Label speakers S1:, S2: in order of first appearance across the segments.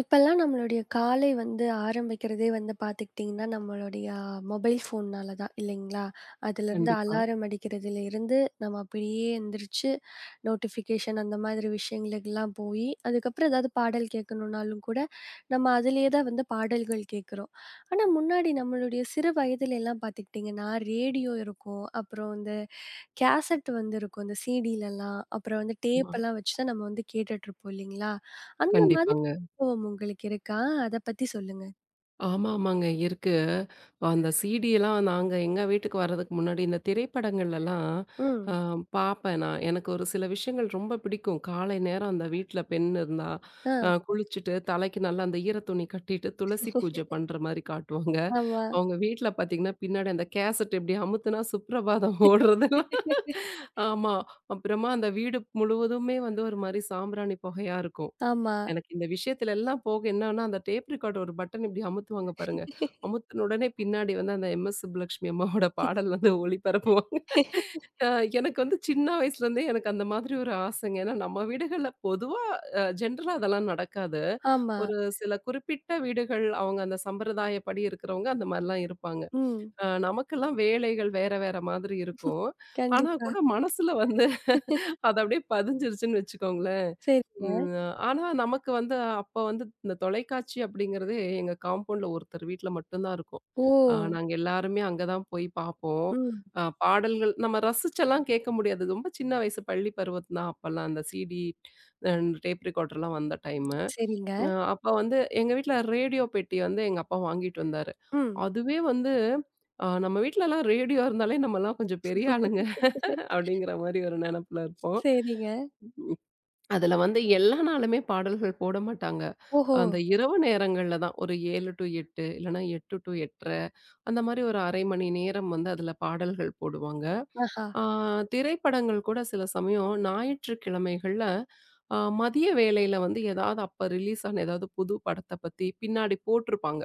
S1: இப்பல்லாம் நம்மளுடைய காலை வந்து ஆரம்பிக்கிறதே வந்து பார்த்துக்கிட்டிங்கன்னா, நம்மளுடைய மொபைல் ஃபோன்னால தான் இல்லைங்களா? அதுலேருந்து
S2: கண்டிப்பா.
S1: அலாரம் அடிக்கிறதுலேருந்து நம்ம அப்படியே எந்திரிச்சு நோட்டிஃபிகேஷன் அந்த மாதிரி விஷயங்களுக்கெல்லாம் போயி, அதுக்கப்புறம் ஏதாவது பாடல் கேட்கணுன்னாலும் கூட நம்ம அதிலேயே தான் வந்து பாடல்கள் கேட்குறோம். ஆனா, முன்னாடி நம்மளுடைய சிறு வயதிலெல்லாம் பார்த்துக்கிட்டிங்கன்னா, ரேடியோ இருக்கும். அப்புறம் இந்த கேசட் வந்து இருக்கும். அந்த சிடிலலாம், அப்புறம் வந்து
S2: ஆமா.
S1: டேப்பெல்லாம் வச்சு தான் நம்ம வந்து கேட்டுட்டுருப்போம் இல்லைங்களா? அந்த மாதிரி
S2: கண்டிப்பாங்க.
S1: அனுபவம் உங்களுக்கு இருக்கா? அத பத்தி சொல்லுங்க.
S2: ஆமா, ஆமாங்க இருக்கு. அந்த சீடியெல்லாம் நாங்க எங்க வீட்டுக்கு வர்றதுக்கு முன்னாடி இந்த திரைப்படங்கள்லலாம் அ
S1: ம்.
S2: பார்ப்பேன் நான். எனக்கு ஒரு சில விஷயங்கள் ரொம்ப பிடிக்கும். காலை நேரம் அந்த வீட்ல பெண் இருந்தா,
S1: ஆ.
S2: குளிச்சுட்டு தலைக்கு நல்லா அந்த ஈர துணி கட்டிட்டு துளசி பூஜை பண்ற மாரி காட்டுவாங்க.
S1: ஆமா.
S2: அவங்க வீட்ல பார்த்தீங்கன்னா, பின்னாடி அந்த கேசட் இப்படி அமுத்துனா சுப்ரபாதம் ஓடுறதெல்லாம். ஆமா. அப்புறமா அந்த வீடு முழுவதுமே வந்து ஒரு மாரி சாம்பிராணி புகையா இருக்கும்.
S1: ஆமா.
S2: எனக்கு இந்த விஷயத்துல எல்லாம் போக என்னன்னா, அந்த டேப் ரெக்கார்ட் ஒரு பட்டன் இப்படி அமுத்துவாங்க பாருங்க. அமுத்துன உடனே பின்னாடி வந்து அந்த எம்.எஸ். சுப்புலட்சுமி அம்மாவோட பாடல் வந்து ஒளிபரப்புவாங்க. அ எனக்கு வந்து சின்ன வயசுலேருந்தே எனக்கு அந்த மாதிரி ஒரு ஆசைங்க. ஏன்னா நம்ம வீடுகள்ல பொதுவா ஜென்ரலா அதெல்லாம் நடக்காது.
S1: ஆமா.
S2: ஒரு சில குறிப்பிட்ட வீடுகள் அவங்க அந்த சம்பிரதாயப்படி இருக்கிறவங்க அந்த மாரிலாம் இருப்பாங்க.
S1: ம்.
S2: நமக்கெல்லாம் வேலைகள் வேற வேற மாதிரி இருக்கும். ஆனா
S1: கண்டிப்பா.
S2: கூட மனசுல வந்து அது அப்படியே பதிஞ்சிருச்சுன்னு வச்சுக்கோங்களேன்.
S1: சரிங்க.
S2: ம். ஆனா நமக்கு வந்து அப்ப வந்து இந்த தொலைக்காட்சி அப்படிங்கிறதே எங்க காம்பவுண்ட்ல ஒருத்தர் வீட்ல மட்டும் தான் இருக்கும்.
S1: ஓ!
S2: நாங்க எல்லாருமே அங்க தான் போய் பார்ப்போம்.
S1: ம்.
S2: பாடல்கள் நம்ம ரசிச்செல்லாம் கேட்க முடியாது. ரொம்ப சின்ன வயசு பள்ளி பருவம் தான் அப்பல்லாம் அந்த சிடி அ டேப் ரெக்கார்டர்லாம் வந்த டைமு.
S1: சரிங்க.
S2: அ அப்ப வந்து எங்க வீட்ல ரேடியோ பெட்டி வந்து எங்க அப்பா வாங்கிட்டு வந்தாரு.
S1: ம்.
S2: அதுவே வந்து நம்ம வீட்லலாம் ரேடியோ இருந்தாலே நம்மலாம் கொஞ்சம் பெரிய ஆளுங்க அப்படிங்கிற மாரி ஒரு நெனப்புல இருப்போம்.
S1: சரிங்க.
S2: அதுல வந்து எல்லா நாளுமே பாடல்கள் போட மாட்டாங்க.
S1: ஓஹோ!
S2: அந்த இரவு நேரங்கள்ல தான் ஒரு 7 டூ 8 இல்லன்னா 8 டூ 8:30 அந்த மாரி ஒரு 1/2 மணி நேரம் வந்து அதுல பாடல்கள் போடுவாங்க.
S1: ஆஹா!
S2: ஆ திரைப்படங்கள் கூட சில சமயம் ஞாயிற்றுக்கிழமைகள்ல மதிய வேளையில வந்து ஏதாவது அப்ப ரிலீஸ் ஆன ஏதாவது புது படத்த பத்தி பின்னாடி போட்டிருப்பாங்க.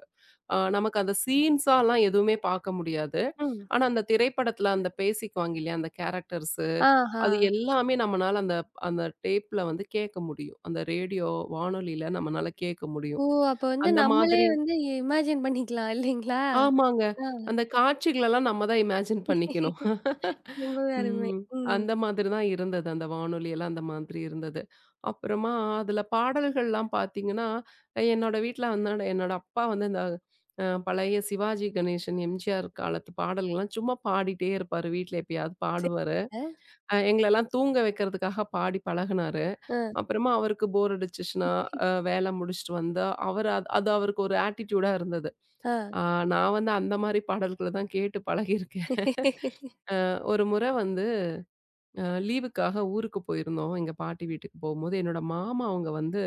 S2: நமக்கு அந்த சீன்ஸாலாம் எதுவுமே பார்க்க முடியாது.
S1: ம்.
S2: ஆனா அந்த திரைப்படத்துல அந்த பேசிக்குவாங்க இல்லையா? அந்த கேரக்டர்ஸு
S1: ஆஹா!
S2: அது எல்லாமே நம்மனால அந்த அந்த டேப்ல வந்து கேட்க முடியும். அந்த ரேடியோ வானொலியில நம்மனால கேட்க
S1: ஓ!
S2: முடியும்.
S1: அப்ப வந்து
S2: அந்த
S1: நம்மளே
S2: மாதிரி
S1: வந்து இமேஜின் பண்ணிக்கலாம் இல்லைங்களா?
S2: ஆமாங்க.
S1: ஆ.
S2: அந்த காட்சிகளெல்லாம் நம்ம தான் இமேஜின் பண்ணிக்கணும்.
S1: ரொம்பவே அருமை.
S2: ம்.
S1: ம்.
S2: அந்த மாதிரி தான் இருந்தது. அந்த வானொலி எல்லாம் அந்த மாதிரி இருந்தது. அப்புறமா அதில பாடல்கள்லாம் பார்த்தீங்கன்னா, என்னோட வீட்ல வந்து என்னோட அப்பா வந்து இந்த பழைய சிவாஜி கணேசன், எம்ஜிஆர் காலத்து பாடல்கள்லாம் சும்மா பாடிட்டே இருப்பாரு. வீட்ல எப்பயாவது பாடுவாரு.
S1: சரிங்க.
S2: எங்களெல்லாம் தூங்க வைக்கிறதுக்காக பாடி பழகுனாரு.
S1: ஆ,
S2: அப்புறமா அவருக்கு போர் அடிச்சுச்சுன்னா, வேல முடிச்சுட்டு வந்தா, அவரு அது அது அவருக்கு ஒரு ஆட்டிட்யூடா இருந்தது.
S1: ஆ.
S2: ஆ நான் வந்து அந்த மாரி பாடல்கள தான் கேட்டு பழகியிருக்கேன். ஒரு முறை வந்து லீவுக்காக ஊருக்கு போயிருந்தோம். எங்க பாட்டி வீட்டுக்கு போகும்போது, என்னோட மாமா அவங்க வந்து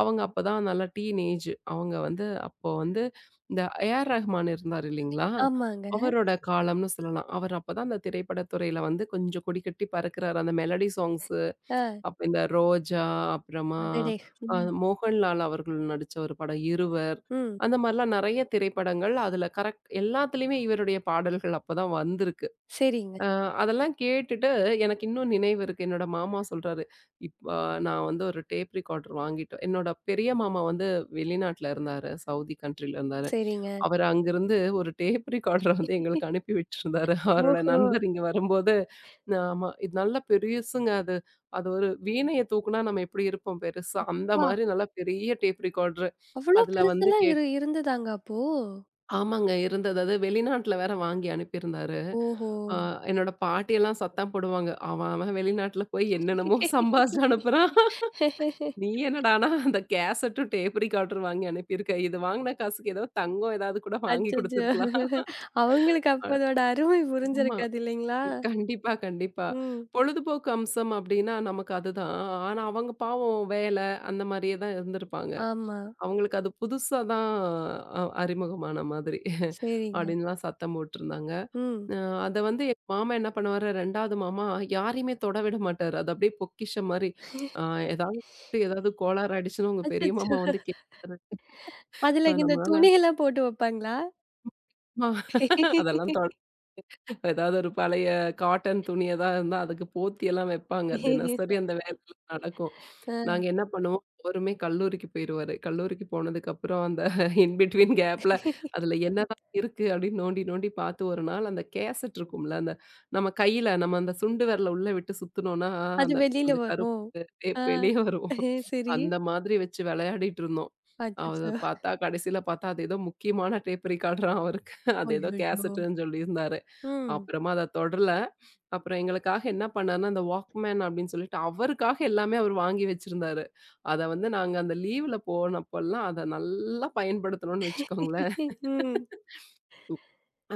S2: அவங்க அப்பதான் நல்லா டீனேஜ். அவங்க வந்து அப்போ வந்து இந்த ஏ.ஆர். ரஹ்மான் இருந்தார் இல்லைங்களா?
S1: ஆமாங்க.
S2: அவரோட காலம்னு சொல்லலாம். அவர் அப்பதான் அந்த திரைப்பட துறையில வந்து கொஞ்சம் கொடிகட்டி பறக்கிறாரு. அந்த மெலடி சாங்ஸ்
S1: ஆ.
S2: அப்ப இந்த ரோஜா, அப்புறமா
S1: அடடே!
S2: அ
S1: ம்,
S2: மோகன்லால் அவர்கள் நடிச்ச ஒரு படம் இருவர்.
S1: ம்.
S2: அந்த மாரிலாம் நெறைய திரைப்படங்கள், அதுல கரெக்ட் எல்லாத்துலயுமே இவருடைய பாடல்கள் அப்பதான் வந்திருக்கு.
S1: சரிங்க,
S2: அ அதெல்லாம் கேட்டுட்டு எனக்கு இன்னும் நினைவு இருக்கு. என்னோட மாமா சொல்றாரு, "இப்ப நான் வந்து ஒரு டேப் ரெக்கார்டர் வாங்கிட்டோம்." என்னோட பெரிய மாமா வந்து வெளிநாட்ல இருந்தாரு. சவுதி கண்ட்ரில இருந்தாரு.
S1: சரிங்க.
S2: அவரு அங்கிருந்து ஒரு டேப் ரெக்கார்டர வந்து எங்களுக்கு அனுப்பி வச்சிருந்தாரு. அவரோட
S1: ஓஹோ!
S2: நண்பர் இங்க வரும்போது, ஆமா. இது நல்ல பெருசுங்க அது. அது ஒரு வீணைய தூக்குனா நம்ம எப்படி இருப்போம் பெருசா, அந்த
S1: அப்பா!
S2: மாரி நல்லா பெரிய டேப் ரெக்கார்டரு.
S1: அவ்ளோ
S2: அதுல வந்து
S1: பெருசெல்லாம் இரு இருந்ததாங்க அப்போ?
S2: ஆமாங்க இருந்தது. அது வெளிநாட்டுல வேற வாங்கி அனுப்பியிருந்தாரு.
S1: ஓஹோ!
S2: ஆ என்னோட பாட்டியெல்லாம் சத்தம் போடுவாங்க. "அவன் அவன் வெளிநாட்டுல போய் என்னென்னமோ சம்பாதிச்சு அனுப்புறான். நீ என்னடான்னா அந்த கேசட்டும் டேப் ரெக்கார்டரும் வாங்கி அனுப்பியிருக்க. இது வாங்குன காசுக்கு ஏதோ தங்கம் ஏதாவது கூட வாங்கி
S1: அச்சச்சோ!
S2: குடுத்துருக்கலாம்."
S1: அவங்களுக்கு அப்ப அதோட அருமை
S2: ஆமா.
S1: புரிஞ்சிருக்காது இல்லைங்களா?
S2: கண்டிப்பா, கண்டிப்பா.
S1: ம்.
S2: பொழுதுபோக்கு அம்சம் அப்டின்னா நமக்கு அதுதான். ஆனா அவங்க பாவம் வேலை அந்த மாரியே தான் இருந்திருப்பாங்க.
S1: ஆமா.
S2: அவங்களுக்கு அது புதுசா தான் அறிமுகமான மாதிரி
S1: சரிங்க.
S2: அப்டின்லாம் சத்தம் போட்டுருந்தாங்க.
S1: ம்.
S2: அ அத வந்து எங்க மாமா என்ன பண்ணுவாரு, 2வது மாமா யாரையுமே தொட விட மாட்டாரு. அது அப்டியே பொக்கிஷம் மாரி. அ ஏதாவது ஏதாவது கோளாறு ஆயிடுச்சுன்னு உங்க பெரிய
S1: அச்சச்சோ!
S2: மாமா வந்து கேட்பாரு.
S1: அதுல இந்த
S2: நம்மளால
S1: துணியெல்லாம் போட்டு வைப்பாங்களா?
S2: அதெல்லாம் ஏதாவது ஒரு பழைய காட்டன் துணி ஏதாவது இருந்தா, அதுக்கு போத்தி எல்லாம் வைப்பாங்க. தினசரி அந்த வேலைலாம் நடக்கும்.
S1: ஆ.
S2: நாங்க என்ன பண்ணுவோம், அவருமே கல்லூரிக்கு போயிருவாரு. கல்லூரிக்கு போனதுக்கப்புறம் அந்த இன் பிட்வீன் கேப்ல அதுல என்னதான் இருக்கு அப்படின்னு நோண்டி நோண்டி பார்த்து ஒரு நாள் அந்த கேசட் இருக்கும்ல, அந்த நம்ம கையில நம்ம அந்த சுண்டு விரல உள்ள விட்டு சுத்துனோம்னா,
S1: அது
S2: அந்த
S1: வெளில
S2: அந்த கருப்பு
S1: வரும். ஆ.
S2: டேப் வெளிய வரும்.
S1: சரி.
S2: அந்த மாதிரி வச்சு விளையாடிட்டு இருந்தோம். அத
S1: அச்சச்சோ!
S2: பார்த்தா கடைசியில பார்த்தா அது ஏதோ முக்கியமான டேப் ரிகார்டராம் அவருக்கு. அது ஏதோ
S1: அய்யய்யோ!
S2: கேசட்டுன்னு சொல்லியிருந்தாரு.
S1: ம்.
S2: அப்புறமா அத தொடரல. அப்புறம் எங்களுக்காக என்ன பண்ணாருன்னா, அந்த வாக்மேன் அப்படின்னு சொல்லிட்டு அவருக்காக எல்லாமே அவரு வாங்கி வச்சிருந்தாரு. அத வந்து நாங்க அந்த லீவ்ல போனப்பல்லாம் அத நல்லா பயன்படுத்துனோம்னு வச்சுக்கோங்களேன்.
S1: ம்.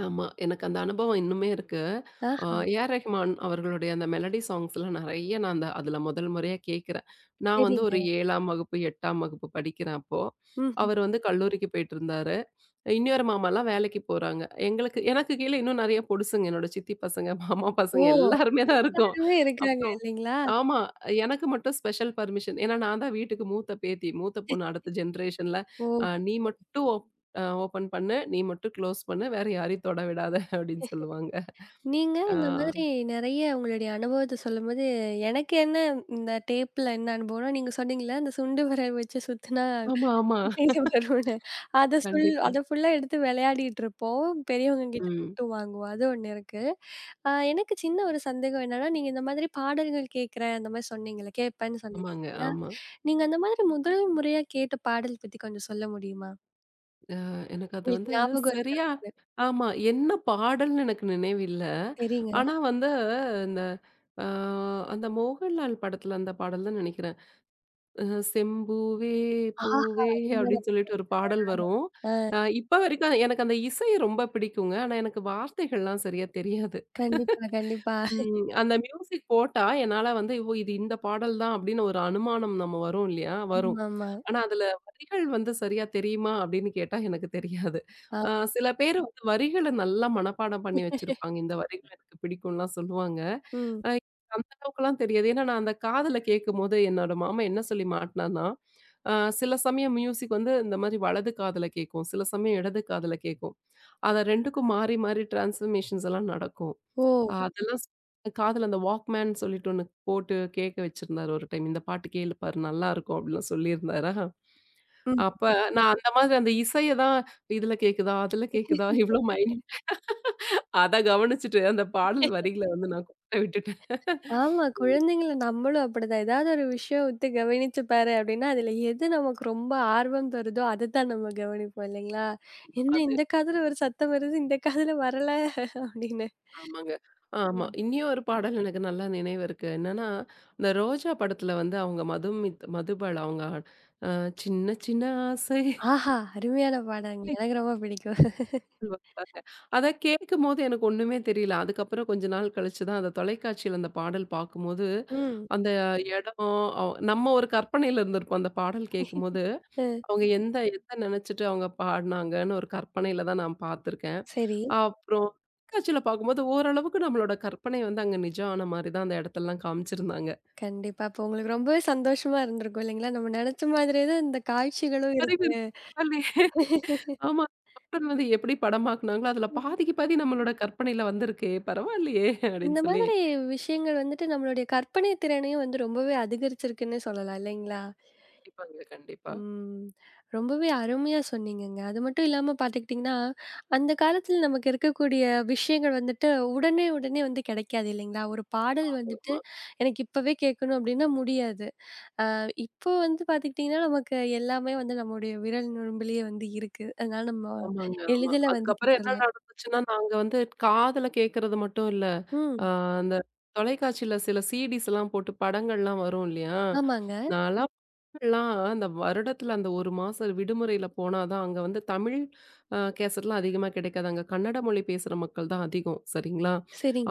S2: ஆமா. எனக்கு அந்த அனுபவம் இன்னுமே இருக்கு.
S1: ஆ,
S2: அ ஏஆர் ரஹ்மான் அவர்களுடைய அந்த மெலடி சாங்ஸ்லாம் நெறைய நான் அந்த அதுல முதல் முறையா கேட்கிறேன். நான் வந்து
S1: சரிங்க.
S2: ஒரு 7ஆம் வகுப்பு, 8ஆம் வகுப்பு படிக்கிறேன் அப்போ.
S1: ம்ஹ்ம்.
S2: அவரு வந்து கல்லூரிக்கு போயிட்டு இருந்தாரு. இன்னொரு மாமாலாம் வேலைக்கு போறாங்க. எங்களுக்கு எனக்கு கீழ இன்னும் நெறைய பொடுசுங்க. என்னோட சித்தி பசங்க, மாமா பசங்க
S1: ஓ!
S2: எல்லாருமே தான் இருக்கோம்.
S1: எல்லாருமே இருக்காங்க
S2: அப்புறம்
S1: இல்லைங்களா?
S2: ஆமா. எனக்கு மட்டும் ஸ்பெஷல் பர்மிஷன். ஏன்னா நான் தான் வீட்டுக்கு மூத்த பேத்தி. மூத்த பொண்ணு அடுத்த ஜென்ரேஷன்ல.
S1: ஓ!
S2: அ நீ மட்டும் ஓப் அ ஓப்பன் பண்ணு. நீ மட்டும் க்ளோஸ் பண்ணு. வேற யாரையும் தொட விடாத அப்படின்னு சொல்லுவாங்க.
S1: நீங்க
S2: ஆ.
S1: இந்த மாதிரி நெறைய உங்களுடைய அனுபவத்த சொல்லும்போது, எனக்கு என்ன இந்த டேப்ல என்ன அனுபவம்னா, நீங்க சொன்னீங்கல்ல, அந்த சுண்டு விரல் வச்சு சுத்துனா
S2: ஆமா, ஆமா.
S1: வெளியில வரும்னு அத சொல்
S2: கண்டிப்பா.
S1: அத ஃபுல்லா எடுத்து விளையாடிட்டுருப்போம். பெரியவங்க கிட்ட
S2: ம்.
S1: திட்டு வாங்குவோம். அது ஒண்ணு இருக்கு. எனக்கு சின்ன ஒரு சந்தேகம் என்னன்னா, நீங்க இந்த மாதிரி பாடல்கள் கேட்கிறேன் அந்த மாரி சொன்னீங்கல்ல, கேட்பேன்னு சொன்னீங்க
S2: ஆமாங்க.
S1: இல்லைங்களா?
S2: ஆமா.
S1: நீங்க அந்த மாதிரி முதல் முறையா கேட்ட பாடல் பத்தி கொஞ்சம் சொல்ல முடியுமா?
S2: எனக்கு அது
S1: உங்களுக்கு
S2: வந்து
S1: ஞாபகம் இருக்கா?
S2: சரியா ஆமா. என்ன பாடல்ன்னு எனக்கு நினைவில்ல.
S1: சரிங்க.
S2: ஆனா வந்து இந்த அ அந்த மோகன்லால் படத்துல அந்த பாடல் தான் நெனைக்கிறேன். அ "செம்பூவே
S1: ஆஹா!
S2: பூவே"
S1: அருமையான.
S2: அப்படின்னு சொல்லிட்டு ஒரு பாடல் வரும்.
S1: அ
S2: இப்ப வரைக்கும் எனக்கு அந்த இசை ரொம்ப பிடிக்குங்க. ஆனா எனக்கு வார்த்தைகள்லாம் சரியா தெரியாது.
S1: கண்டிப்பா, கண்டிப்பா.
S2: ம். அந்த மியூசிக் போட்டா என்னால வந்து, ஓ! இது இந்த பாடல் தான் அப்படின்னு ஒரு அனுமானம் நம்ம வரும் இல்லையா? வரும்.
S1: ஆமாமா.
S2: ஆனா அதுல வரிகள் வந்து சரியா தெரியுமா? அப்படின்னு கேட்டா எனக்கு தெரியாது.
S1: அ
S2: அ சில பேர் வந்து வரிகள நல்லா மனப்பாடம் பண்ணி வச்சிருப்பாங்க. இந்த வரிகள் எனக்கு பிடிக்கும்லாம் சொல்லுவாங்க.
S1: ம்.
S2: எனக்கு அந்த அளவுக்குலாம் தெரியாது. ஏன்னா நான் அந்த காதுல கேட்கும்போது என்னோட மாமா என்ன சொல்லி மாட்டுனான்னா, அ சில சமயம் மியூசிக் வந்து இந்த மாரி வலது காதுல கேட்கும். சில சமயம் இடது காதுல கேட்கும். அத 2க்கும் மாறி மாறி டிரான்ஸ்ஃபர்மேஷன்ஸ் எல்லாம் நடக்கும்.
S1: ஓ!
S2: அதெல்லாம் காதுல அந்த வாக்மேன் சொல்லிட்டு ஒண்ணு போட்டு கேட்க வச்சிருந்தாரு ஒரு டைம். இந்த பாட்டு கேளு பாரு நல்லாருக்கும் அப்டிலாம் சொல்லியிருந்தாரா.
S1: ம்.
S2: அப்ப நான் அந்த மாதிரி அந்த இசைய தான் இதுல கேக்குதா? அதுல கேக்குதா? இவ்ளோ மைன்யூட் அத கவனிச்சுட்டு அந்த பாடல் வரிகள வந்து நான் கொட்ட விட்டுட்டேன்.
S1: ஆமா. குழந்தைங்கள நம்மளும் அப்படிதான். ஏதாவது ஒரு விஷயம் உத்து கவனிச்சு பாரு அப்படின்னா, அதுல எது நமக்கு ரொம்ப ஆர்வம் தருதோ, அதத்தான் நம்ம கவனிப்போம் இல்லைங்களா? என்ன
S2: அது
S1: இந்த காதுல ஒரு சத்தம் வருது, இந்த காதுல வரல அப்படின்னு.
S2: ஆமாங்க. ஆமா.
S1: ம்.
S2: இன்னியும் ஒரு பாடல் எனக்கு நல்லா நினைவு இருக்கு. என்னன்னா, இந்த ரோஜா படத்துல வந்து அவங்க மதுமித் மதுபாலா அவங்க அ சின்ன சின்ன ஆசை
S1: ஆஹா! அருமையான பாடங்க. எனக்கு ரொம்ப பிடிக்கும்.
S2: வைப்பாங்க. அத கேட்கும்போது எனக்கு ஒண்ணுமே தெரியல. அதுக்கப்புறம் கொஞ்ச நாள் கழிச்சு தான் அந்த தொலைக்காட்சியில அந்த பாடல் பார்க்கும்போது,
S1: ம்.
S2: அந்த இடம் நம்ம ஒரு கற்பனையில இருந்திருப்போம். அந்த பாடல் கேட்கும்போது,
S1: அ
S2: அவங்க எத நினைச்சுட்டு அவங்க பாடுனாங்கன்னு ஒரு கற்பனையில தான் நான் பார்த்துருக்கேன்.
S1: சரி.
S2: அப்புறம் தொலைக்காட்சியில பார்க்கும்போது ஓரளவுக்கு நம்மளோட கற்பனை வந்து அங்க நிஜம் ஆன மாரி தான் அந்த இடத்தெல்லாம் காமிச்சிருந்தாங்க.
S1: கண்டிப்பா. அப்போ உங்களுக்கு ரொம்பவே சந்தோஷமா இருந்திருக்கும் இல்லைங்களா? நம்ம நெனச்ச மாதிரியே தான் இந்த காட்சிகளும்
S2: நெறைய பேர்
S1: இருக்கு.
S2: பரவாயில்லையே! ஆமா. பாடல் வந்து எப்படி படமாக்குனாங்களோ, அதில பாதிக்கு பாதி நம்மளோட கற்பனையில வந்திருக்கே! பரவாயில்லையே! அப்படின்னு
S1: இந்த
S2: சொல்லி
S1: மாதிரி விஷயங்கள் வந்துட்டு நம்மளுடைய கற்பனை திறனையும் வந்து ரொம்பவே அதிகரிச்சிருக்குன்னே சொல்லலாம் இல்லைங்களா?
S2: கண்டிப்பாங்க, கண்டிப்பா.
S1: ம். ரொம்பவே அருமையா சொன்னீங்கங்க. அது மட்டும் இல்லாம பார்த்துக்கிட்டிங்கன்னா, அந்த காலத்துல நமக்கு இருக்கக்கூடிய விஷயங்கள் வந்துட்டு உடனே உடனே வந்து கிடைக்காது இல்லைங்களா? ஒரு பாடல் வந்துட்டு
S2: ஆமா,
S1: எனக்கு இப்பவே கேட்கணும் அப்டின்னா முடியாது. இப்போ வந்து பார்த்துக்கிட்டிங்கன்னா, நமக்கு எல்லாமே வந்து நம்முடைய விரல் நுரம்பிலேயே வந்து இருக்கு. அதனால நம்ம
S2: ஆமாங்க, ஆமா.
S1: எளிதில வந்து
S2: அதுக்கப்புறம் என்ன
S1: கேட்டுறலாம்.
S2: நடந்துச்சுன்னா, நாங்க வந்து காதுல கேட்கறது மட்டும் இல்ல. அ
S1: ம்.
S2: அந்த தொலைக்காட்சியில சில சீடிஸ்லாம் போட்டு படங்கள்லாம் வரும் இல்லையா?
S1: ஆமாங்க.
S2: நான்லாம் படங்கள்லாம் அந்த வருடத்துல அந்த 1 மாசம் விடுமுறையில போனா தான் அங்க வந்து தமிழ் கேசட்லாம் அதிகமா கிடைக்காது. அங்க கன்னட மொழி பேசுற மக்கள் தான் அதிகம். சரிங்களா?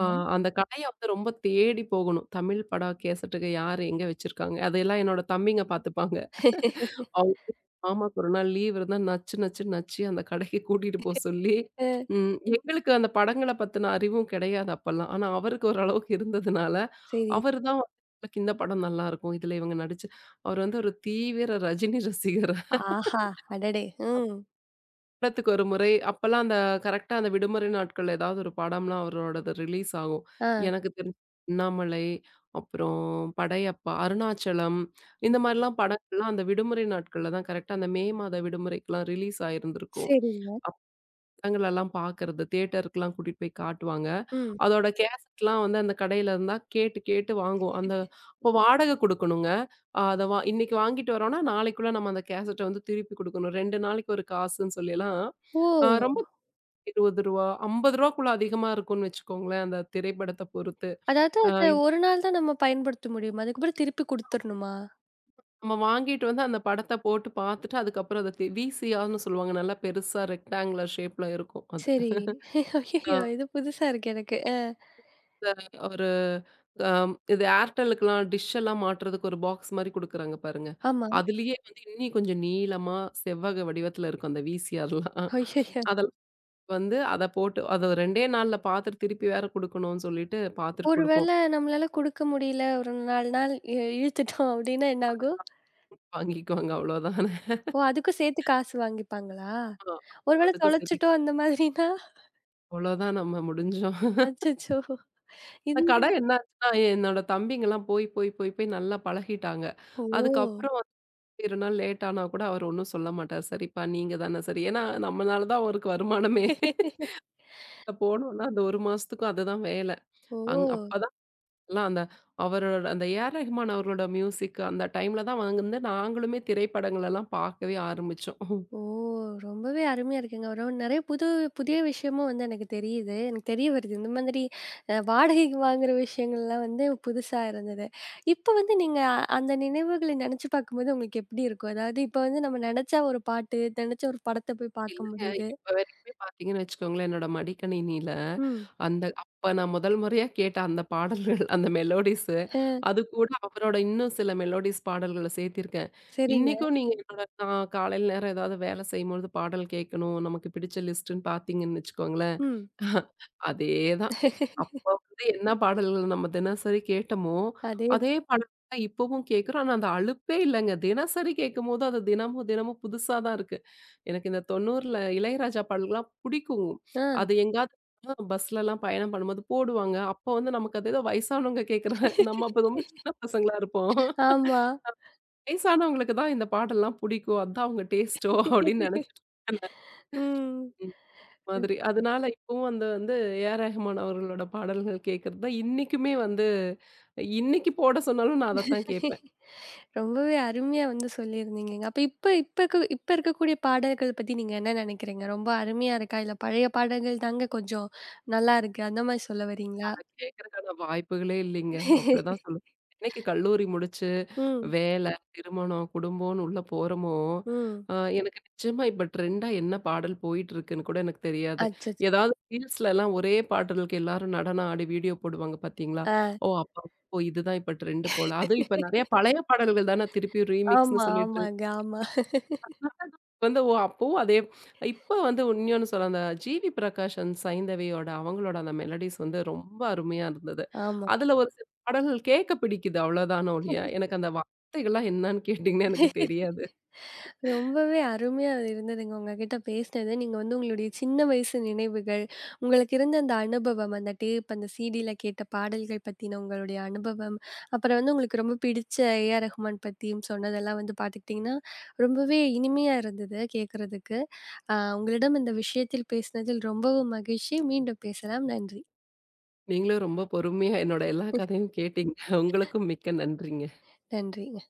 S2: அ அந்த கடைய வந்து ரொம்ப தேடி போகணும். தமிழ் பட கேசட்டுக்கு யார் எங்க வச்சிருக்காங்க? அதையெல்லாம் என்னோட தம்பிங்க பார்த்துப்பாங்க. அவங்க மாமாக்கு ஒரு நாள் லீவ் இருந்தா நச்சு நச்சு நச்சு அந்த கடைக்கு கூட்டிட்டு போ சொல்லி,
S1: அ
S2: ம் எங்களுக்கு அந்த படங்கள பத்தின அறிவும் கிடையாது அப்பல்லாம். ஆனா அவருக்கு ஓரளவுக்கு இருந்ததுனால,
S1: சரி.
S2: அவரு தான் வந்து, "உங்களுக்கு இந்த படம் நல்லாருக்கும். இதுல இவங்க நடிச்சு அவர் வந்து ஒரு தீவிர ரஜினி ரசிகர்
S1: ஆஹா! அடடே! ம்.
S2: வாரத்துக்கு ஒரு முறை, அப்பலாம் அந்த கரெக்ட்டா அந்த விடுமுறை நாட்கள்ல ஏதாவது ஒரு படம்லாம் அவரோடது ரிலீஸ் ஆகும்.
S1: ஆ.
S2: எனக்கு தெரிஞ்சு அண்ணாமலை, அப்புறம் படையப்பா, அருணாச்சலம் இந்த
S1: ம்.
S2: மாரிலாம் படங்கள்லாம் அந்த விடுமுறை நாட்கள்ல தான் கரெக்ட்டா அந்த மே மாத விடுமுறைக்குலாம் ரிலீஸ் ஆயிருந்திருக்கும்.
S1: சரிங்க.
S2: படங்களெல்லாம் பார்க்கறது, தியேட்டருக்குலாம் கூட்டிட்டு போய் காட்டுவாங்க.
S1: ம்.
S2: அதோட கேசட்லாம் வந்து அந்த கடையில இருந்தா கேட்டு கேட்டு வாங்குவோம். அந்த அப்போ வாடகை குடுக்கணுங்க. அத வா இன்னைக்கு வாங்கிட்டு வரோம்னா, நாளைக்குள்ள நம்ம அந்த கேசட்ட வந்து திருப்பி குடுக்கணும். 2 நாளைக்கு ஒரு காசுன்னு சொல்லிலாம்,
S1: ஓ!
S2: ரொம்ப ரூ. 20 ரூ. 50க்குள்ள அதிகமா இருக்கும்னு வச்சுக்கோங்களேன், அந்த திரைப்படத்த பொறுத்து.
S1: அதாவது
S2: அ
S1: அத
S2: இப்
S1: ஒரு நாள் தான் நம்ம பயன்படுத்த முடியுமா? அதுக்கப்புறம் திருப்பி குடுத்துரணுமா?
S2: நம்ம வாங்கிட்டு வந்து அந்த படத்த போட்டு பார்த்துட்டு, அதுக்கப்புறம் அத தி விசிஆர்ன்னு சொல்லுவாங்க. நல்லா பெருசா ரெக்டாங்குலர் ஷேப்ல இருக்கும் அது.
S1: சரி.
S2: அ
S1: ஐயய்யோ! இது புதுசா இருக்கு எனக்கு. அ.
S2: அந்த ஒரு இது ஏர்டெலுக்குலாம் டிஷ் எல்லாம் மாட்டுறதுக்கு ஒரு பாக்ஸ் மாரி குடுக்குறாங்க பாருங்க.
S1: ஆமா.
S2: அதுலயே வந்து இன்னி கொஞ்சம் நீளமா செவ்வக வடிவத்துல இருக்கும் அந்த விசிஆர்லாம்.
S1: ஐயய்யோ!
S2: அதெல்லாம் வந்து அத போட்டு அத 2டே நாள்ல பார்த்துட்டு திருப்பி வேற குடுக்கணும்னு சொல்லிட்டு பார்த்துட்டு
S1: ஒரு வேள
S2: குடுப்போம்.
S1: நம்மளால குடுக்க முடியல ஒரு 4 நாள் இழுத்துட்டோம் அப்டின்னா என்ன ஆகும்?
S2: வாங்கிக்குவாங்க அவ்வளோதான்.
S1: ஓ! அதுக்கும் சேர்த்து காசு வாங்கிப்பாங்களா?
S2: ஆ.
S1: ஒரு வேள
S2: அதுக்கும் சரி.
S1: தொலைச்சுட்டோம் அந்த மாதிரினா?
S2: அவ்வளோதான் நம்ம முடிஞ்சோம்.
S1: அச்சச்சோ!
S2: அந்த
S1: இந்த
S2: கடை என்ன ஆச்சுன்னா, என்னோட தம்பிங்கலாம் போய், போய், போய், போய் நல்லா பழகிட்டாங்க.
S1: ஓ!
S2: அதுக்கப்புறம் வந்து 2 நாள் லேட் ஆனா கூட அவர் ஒண்ணும் சொல்ல மாட்டாரு. சரிப்பா நீங்க தானே சரி. ஏன்னா நம்மனால தான் அவருக்கு வருமானமே. போனோம்னா அந்த 1 மாசத்துக்கும் அதுதான் வேலை.
S1: ஓ!
S2: அப்பதான் எல்லாம் அந்த அவரோட அந்த ஏஆர் ரஹ்மான் அவர்களோட மியூசிக் அந்த டைம்ல தான் வந்து நாங்களுமே திரைப்படங்களெல்லாம் பார்க்கவே ஆரம்பிச்சோம்.
S1: ஓ! ரொம்பவே அருமையா இருக்குங்க. ஒரு நெறைய புது புதிய விஷயமும் வந்து எனக்கு தெரியுது. எனக்கு தெரிய வருது. இந்த மாதிரி வாடகைக்கு வாங்குற விஷயங்கள்லாம் வந்து புதுசா இருந்தது. இப்ப வந்து நீங்க அந்த நினைவுகள நெனச்சு பார்க்கும்போது உங்களுக்கு எப்படி இருக்கும்? அதாவது இப்ப வந்து நம்ம நெனச்சா ஒரு பாட்டு, நெனச்ச ஒரு படத்த போய் பார்க்க
S2: இல்லங்க.
S1: முடியுது.
S2: இப்ப வரைக்குமே பார்த்தீங்கன்னு வச்சுக்கோங்களேன், என்னோட மடிக்கணினியில
S1: ம்.
S2: அந்த அப்ப நான் முதல் முறையா கேட்ட அந்த பாடல்கள், அந்த மெலோடிஸு,
S1: அ
S2: அது கூட அவரோட இன்னும் சில மெலோடிஸ் பாடல்கள சேர்த்திருக்கேன்.
S1: சரிங்க.
S2: இன்னைக்கும் நீங்க என்னோட நான் காலையில நேரம் ஏதாவது வேலை செய்யும்பொழுது பாடல் கேட்கணும், நமக்கு பிடிச்ச லிஸ்ட்டுன்னு பார்த்தீங்கன்னு வச்சுக்கோங்களேன்,
S1: ம்.
S2: அதேதான். அப்ப வந்து என்ன பாடல்கள் நம்ம தினசரி கேட்டோமோ,
S1: அதேதான்.
S2: அதே பாடல் தான் இப்பவும் கேட்கிறோம். ஆனா அந்த அலுப்பே இல்லங்க. தினசரி கேட்கும்போது அது தினமும் தினமும் புதுசா தான் இருக்கு. எனக்கு இந்த 90ல இளையராஜா பாடல்கள்லாம் பிடிக்கும். அது
S1: ஆ.
S2: எங்கேயாவது பஸ்லலாம் பயணம் பண்ணும்போது போடுவாங்க. அப்போ வந்து நமக்கு அது ஏதோ வயசானவங்க கேட்குற நம்ம அப்ப ரொம்ப சின்ன பசங்களா இருப்போம்.
S1: ஆமா.
S2: வயசானவங்களுக்கு தான் இந்த பாடல்லாம் பிடிக்கும். அதான் அவங்க டேஸ்ட்டோ அப்படின்னு நினைச்சிட்டு இருக்காங்க.
S1: ம்.
S2: மாதிரி. அதனால இப்பவும் அந்த வந்து ஏ.ஆர். ரஹ்மான் அவர்களோட பாடல்கள் கேட்கறது தான் இன்னைக்குமே வந்து இன்னைக்கு போட சொன்னாலும் நான் அதத்தான் கேட்பேன்.
S1: ரொம்பவே அருமையா வந்து சொல்லியிருந்தீங்கங்க. அப்ப இப்ப இப்ப இருக்க இப்ப இருக்கக்கூடிய பாடல்கள் பத்தி நீங்க என்ன நினைக்கிறீங்க? ரொம்ப அருமையா இருக்கா? இல்ல பழைய பாடல்கள் தாங்க கொஞ்சம் நல்லா இருக்கு. அந்த மாரி சொல்ல வரீங்களா?
S2: அத கேட்கறக்கான வாய்ப்புகளே இல்லைங்க. அப்படிதான் சொல்லணும். என்னைக்கு கல்லூரி முடிச்சு
S1: ம்,
S2: வேலை, திருமணம், குடும்பம்னு உள்ள போறோமோ,
S1: ம்.
S2: அ எனக்கு நிச்சயமா இப்ப ட்ரெண்டா என்ன பாடல் போயிட்டு இருக்குன்னு கூட எனக்கு தெரியாது.
S1: அச்சச்சோ!
S2: ஏதாவது ரீல்ஸ்லலாம் ஒரே பாடலுக்கு எல்லாரும் நடனம் ஆடி வீடியோ போடுவாங்க பார்த்தீங்களா?
S1: ஆ.
S2: ஓ! அப்ப ஓ இதுதான் இப்ப ட்ரெண்ட் போல. அதுவும் இப்ப நெறைய பழைய பாடல்கள் தானே திருப்பி ரீமிக்ஸ்ன்னு
S1: ஆமா,
S2: சொல்லிட்டு
S1: ஆமாங்க. ஆமா,
S2: வந்து ஓ! அப்பவும் அதே இப்ப வந்து இன்னொன்னு சொல்ல அந்த ஜிவி பிரகாஷன், சைந்தவியோட அவங்களோட அந்த மெலடிஸ் வந்து ரொம்ப அருமையா இருந்தது.
S1: ஆமா.
S2: அதுல ஒரு சில பாடல்கள் கேட்க பிடிக்குது அவ்வளோதான ஒழிய, எனக்கு அந்த வார்த்தைகள்லாம் என்னன்னு கேட்டீங்கன்னா எனக்கு தெரியாது.
S1: ரொம்பவே அருமையா அது இருந்ததுங்க உங்ககிட்ட பேசினது. நீங்க வந்து உங்களுடைய சின்ன வயசு நினைவுகள், உங்களுக்கு இருந்த அந்த அனுபவம், அந்த டேப், அந்த சிடில கேட்ட பாடல்கள் பத்தின உங்களுடைய அனுபவம், அப்புறம் வந்து உங்களுக்கு ரொம்ப பிடிச்ச ஏ.ஆர். ரஹ்மான் பத்தியும் சொன்னதெல்லாம் வந்து பார்த்துக்கிட்டிங்கன்னா, ரொம்பவே இனிமையா இருந்தது கேட்கறதுக்கு. உங்களிடம் இந்த விஷயத்தில் பேசினதில் ரொம்பவும் மகிழ்ச்சி. மீண்டும் பேசலாம். நன்றி.
S2: நீங்களும் ரொம்ப பொறுமையா என்னோட எல்லா கதையும் கேட்டீங்க. உங்களுக்கும் மிக்க நன்றிங்க.
S1: நன்றிங்க.